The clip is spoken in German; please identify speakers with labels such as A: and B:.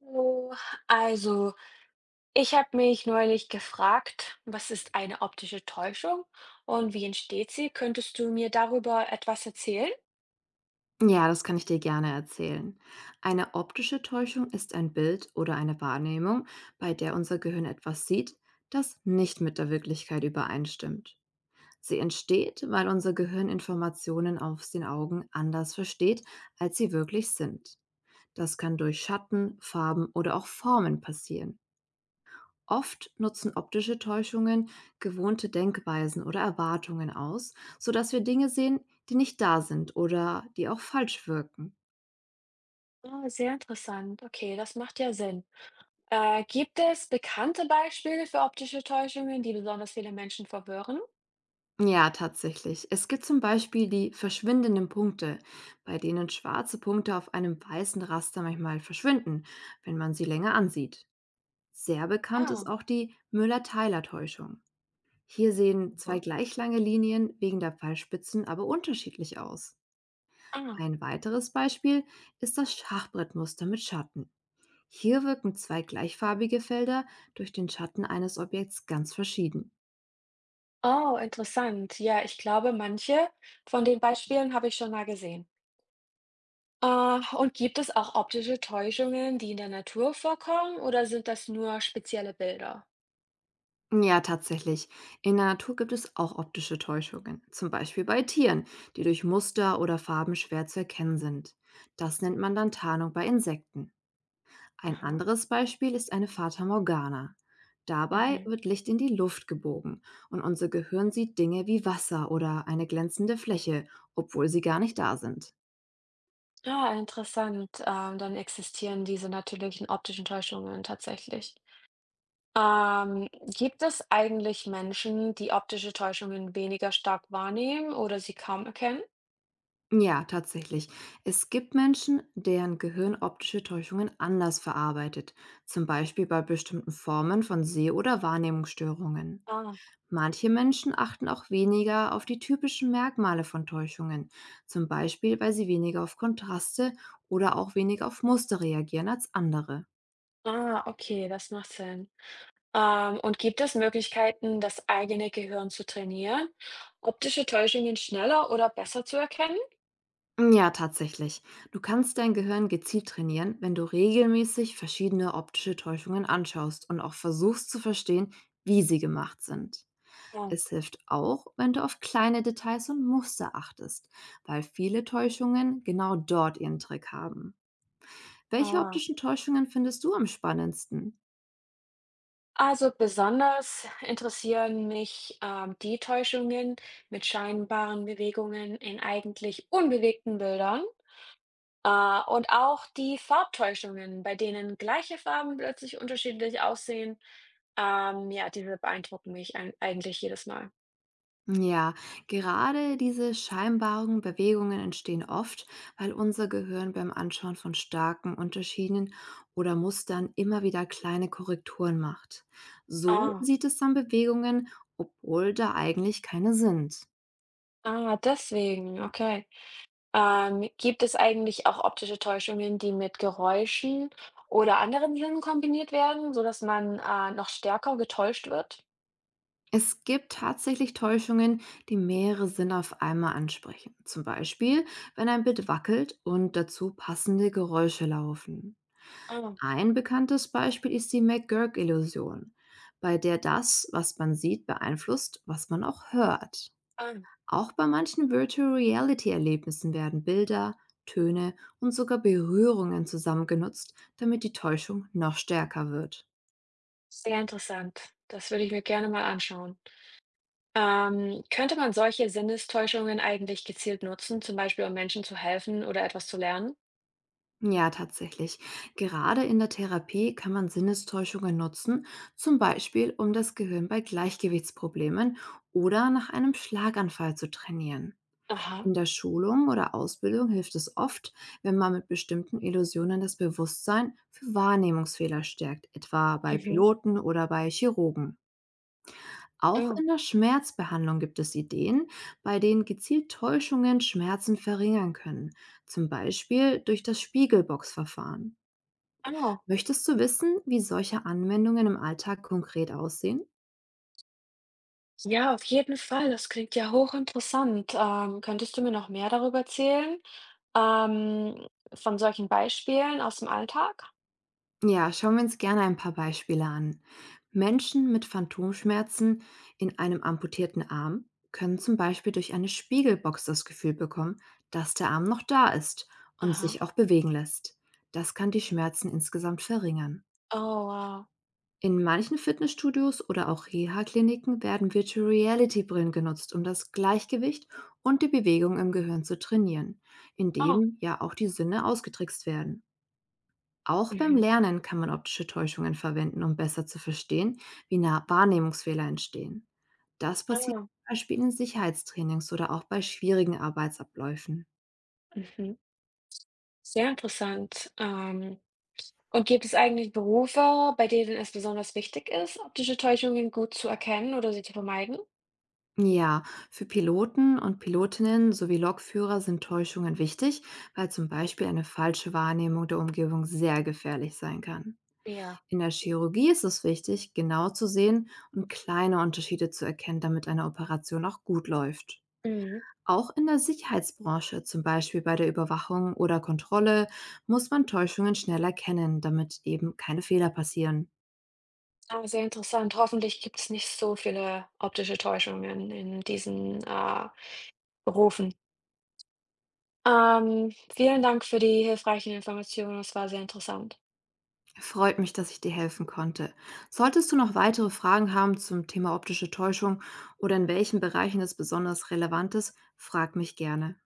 A: Hallo. Also, ich habe mich neulich gefragt, was ist eine optische Täuschung und wie entsteht sie? Könntest du mir darüber etwas erzählen?
B: Ja, das kann ich dir gerne erzählen. Eine optische Täuschung ist ein Bild oder eine Wahrnehmung, bei der unser Gehirn etwas sieht, das nicht mit der Wirklichkeit übereinstimmt. Sie entsteht, weil unser Gehirn Informationen aus den Augen anders versteht, als sie wirklich sind. Das kann durch Schatten, Farben oder auch Formen passieren. Oft nutzen optische Täuschungen gewohnte Denkweisen oder Erwartungen aus, sodass wir Dinge sehen, die nicht da sind oder die auch falsch wirken.
A: Ah, sehr interessant. Okay, das macht ja Sinn. Gibt es bekannte Beispiele für optische Täuschungen, die besonders viele Menschen verwirren?
B: Ja, tatsächlich. Es gibt zum Beispiel die verschwindenden Punkte, bei denen schwarze Punkte auf einem weißen Raster manchmal verschwinden, wenn man sie länger ansieht. Sehr bekannt ist
A: Ah,
B: auch die Müller-Teiler-Täuschung. Hier sehen zwei
A: mhm.
B: gleich lange Linien wegen der Pfeilspitzen aber unterschiedlich aus.
A: Ah.
B: Ein weiteres Beispiel ist das Schachbrettmuster mit Schatten. Hier wirken zwei gleichfarbige Felder durch den Schatten eines Objekts ganz verschieden.
A: Oh, interessant. Ja, ich glaube, manche von den Beispielen habe ich schon mal gesehen. Und gibt es auch optische Täuschungen, die in der Natur vorkommen, oder sind das nur spezielle Bilder?
B: Ja, tatsächlich. In der Natur gibt es auch optische Täuschungen, zum Beispiel bei Tieren, die durch Muster oder Farben schwer zu erkennen sind. Das nennt man dann Tarnung bei Insekten. Ein
A: Aha.
B: anderes Beispiel ist eine Fata Morgana. Dabei
A: Mhm.
B: wird Licht in die Luft gebogen und unser Gehirn sieht Dinge wie Wasser oder eine glänzende Fläche, obwohl sie gar nicht da sind.
A: Ah, interessant. Dann existieren diese natürlichen optischen Täuschungen tatsächlich. Ähm, Gibt es eigentlich Menschen, die optische Täuschungen weniger stark wahrnehmen oder sie kaum erkennen?
B: Ja, tatsächlich. Es gibt Menschen, deren Gehirn optische Täuschungen anders verarbeitet, zum Beispiel bei bestimmten Formen von Seh- oder Wahrnehmungsstörungen.
A: Ah,
B: Manche Menschen achten auch weniger auf die typischen Merkmale von Täuschungen, zum Beispiel weil sie weniger auf Kontraste oder auch weniger auf Muster reagieren als andere.
A: ah, okay, das macht Sinn. Und gibt es Möglichkeiten, das eigene Gehirn zu trainieren, optische Täuschungen schneller oder besser zu erkennen?
B: Ja, tatsächlich. Du kannst dein Gehirn gezielt trainieren, wenn du regelmäßig verschiedene optische Täuschungen anschaust und auch versuchst zu verstehen, wie sie gemacht sind.
A: Ah,
B: Es hilft auch, wenn du auf kleine Details und Muster achtest, weil viele Täuschungen genau dort ihren Trick haben. Welche
A: ah.
B: optischen Täuschungen findest du am spannendsten?
A: Also besonders interessieren mich die Täuschungen mit scheinbaren Bewegungen in eigentlich unbewegten Bildern. Und auch die Farbtäuschungen, bei denen gleiche Farben plötzlich unterschiedlich aussehen, ja, diese beeindrucken mich ein eigentlich jedes Mal.
B: Ja, gerade diese scheinbaren Bewegungen entstehen oft, weil unser Gehirn beim Anschauen von starken Unterschieden oder Mustern immer wieder kleine Korrekturen macht. So
A: Ah,
B: sieht es dann Bewegungen, obwohl da eigentlich keine sind.
A: ah, deswegen, okay. Gibt es eigentlich auch optische Täuschungen, die mit Geräuschen oder anderen Sinnen kombiniert werden, sodass man, noch stärker getäuscht wird?
B: Es gibt tatsächlich Täuschungen, die mehrere Sinne auf einmal ansprechen. Zum Beispiel, wenn ein Bild wackelt und dazu passende Geräusche laufen.
A: Ah,
B: Ein bekanntes Beispiel ist die McGurk-Illusion, bei der das, was man sieht, beeinflusst, was man auch hört.
A: ah,
B: Auch bei manchen Virtual Reality-Erlebnissen werden Bilder, Töne und sogar Berührungen zusammengenutzt, damit die Täuschung noch stärker wird.
A: sehr interessant. Das würde ich mir gerne mal anschauen. Könnte man solche Sinnestäuschungen eigentlich gezielt nutzen, zum Beispiel um Menschen zu helfen oder etwas zu lernen?
B: Ja, tatsächlich. Gerade in der Therapie kann man Sinnestäuschungen nutzen, zum Beispiel um das Gehirn bei Gleichgewichtsproblemen oder nach einem Schlaganfall zu trainieren.
A: Aha.
B: In der Schulung oder Ausbildung hilft es oft, wenn man mit bestimmten Illusionen das Bewusstsein für Wahrnehmungsfehler stärkt, etwa bei
A: Mhm.
B: Piloten oder bei Chirurgen. Auch
A: Oh,
B: in der Schmerzbehandlung gibt es Ideen, bei denen gezielt Täuschungen Schmerzen verringern können, zum Beispiel durch das Spiegelbox-Verfahren.
A: oh.
B: Möchtest du wissen, wie solche Anwendungen im Alltag konkret aussehen?
A: Ja, auf jeden Fall. Das klingt ja hochinteressant. Könntest du mir noch mehr darüber erzählen? Ähm, von solchen Beispielen aus dem Alltag?
B: Ja, schauen wir uns gerne ein paar Beispiele an. Menschen mit Phantomschmerzen in einem amputierten Arm können zum Beispiel durch eine Spiegelbox das Gefühl bekommen, dass der Arm noch da ist und sich
A: Aha.
B: auch bewegen lässt. Das kann die Schmerzen insgesamt verringern.
A: Oh, wow.
B: In manchen Fitnessstudios oder auch Reha-Kliniken werden Virtual Reality-Brillen genutzt, um das Gleichgewicht und die Bewegung im Gehirn zu trainieren,
A: Oh.
B: indem ja auch die Sinne ausgetrickst werden. Auch beim
A: Mhm.
B: Lernen kann man optische Täuschungen verwenden, um besser zu verstehen, wie nah Wahrnehmungsfehler entstehen. Das passiert
A: Oh.
B: zum Beispiel in Sicherheitstrainings oder auch bei schwierigen Arbeitsabläufen.
A: Mhm. Sehr interessant. Und gibt es eigentlich Berufe, bei denen es besonders wichtig ist, optische Täuschungen gut zu erkennen oder sie zu vermeiden?
B: Ja, für Piloten und Pilotinnen sowie Lokführer sind Täuschungen wichtig, weil zum Beispiel eine falsche Wahrnehmung der Umgebung sehr gefährlich sein kann.
A: Ja.
B: In der Chirurgie ist es wichtig, genau zu sehen und kleine Unterschiede zu erkennen, damit eine Operation auch gut läuft.
A: Mhm.
B: Auch in der Sicherheitsbranche, zum Beispiel bei der Überwachung oder Kontrolle, muss man Täuschungen schnell erkennen, damit eben keine Fehler passieren.
A: Ah, sehr interessant. Hoffentlich gibt es nicht so viele optische Täuschungen in diesen, Berufen. Vielen Dank für die hilfreichen Informationen. Es war sehr interessant.
B: Freut mich, dass ich dir helfen konnte. Solltest du noch weitere Fragen haben zum Thema optische Täuschung oder in welchen Bereichen es besonders relevant ist, frag mich gerne.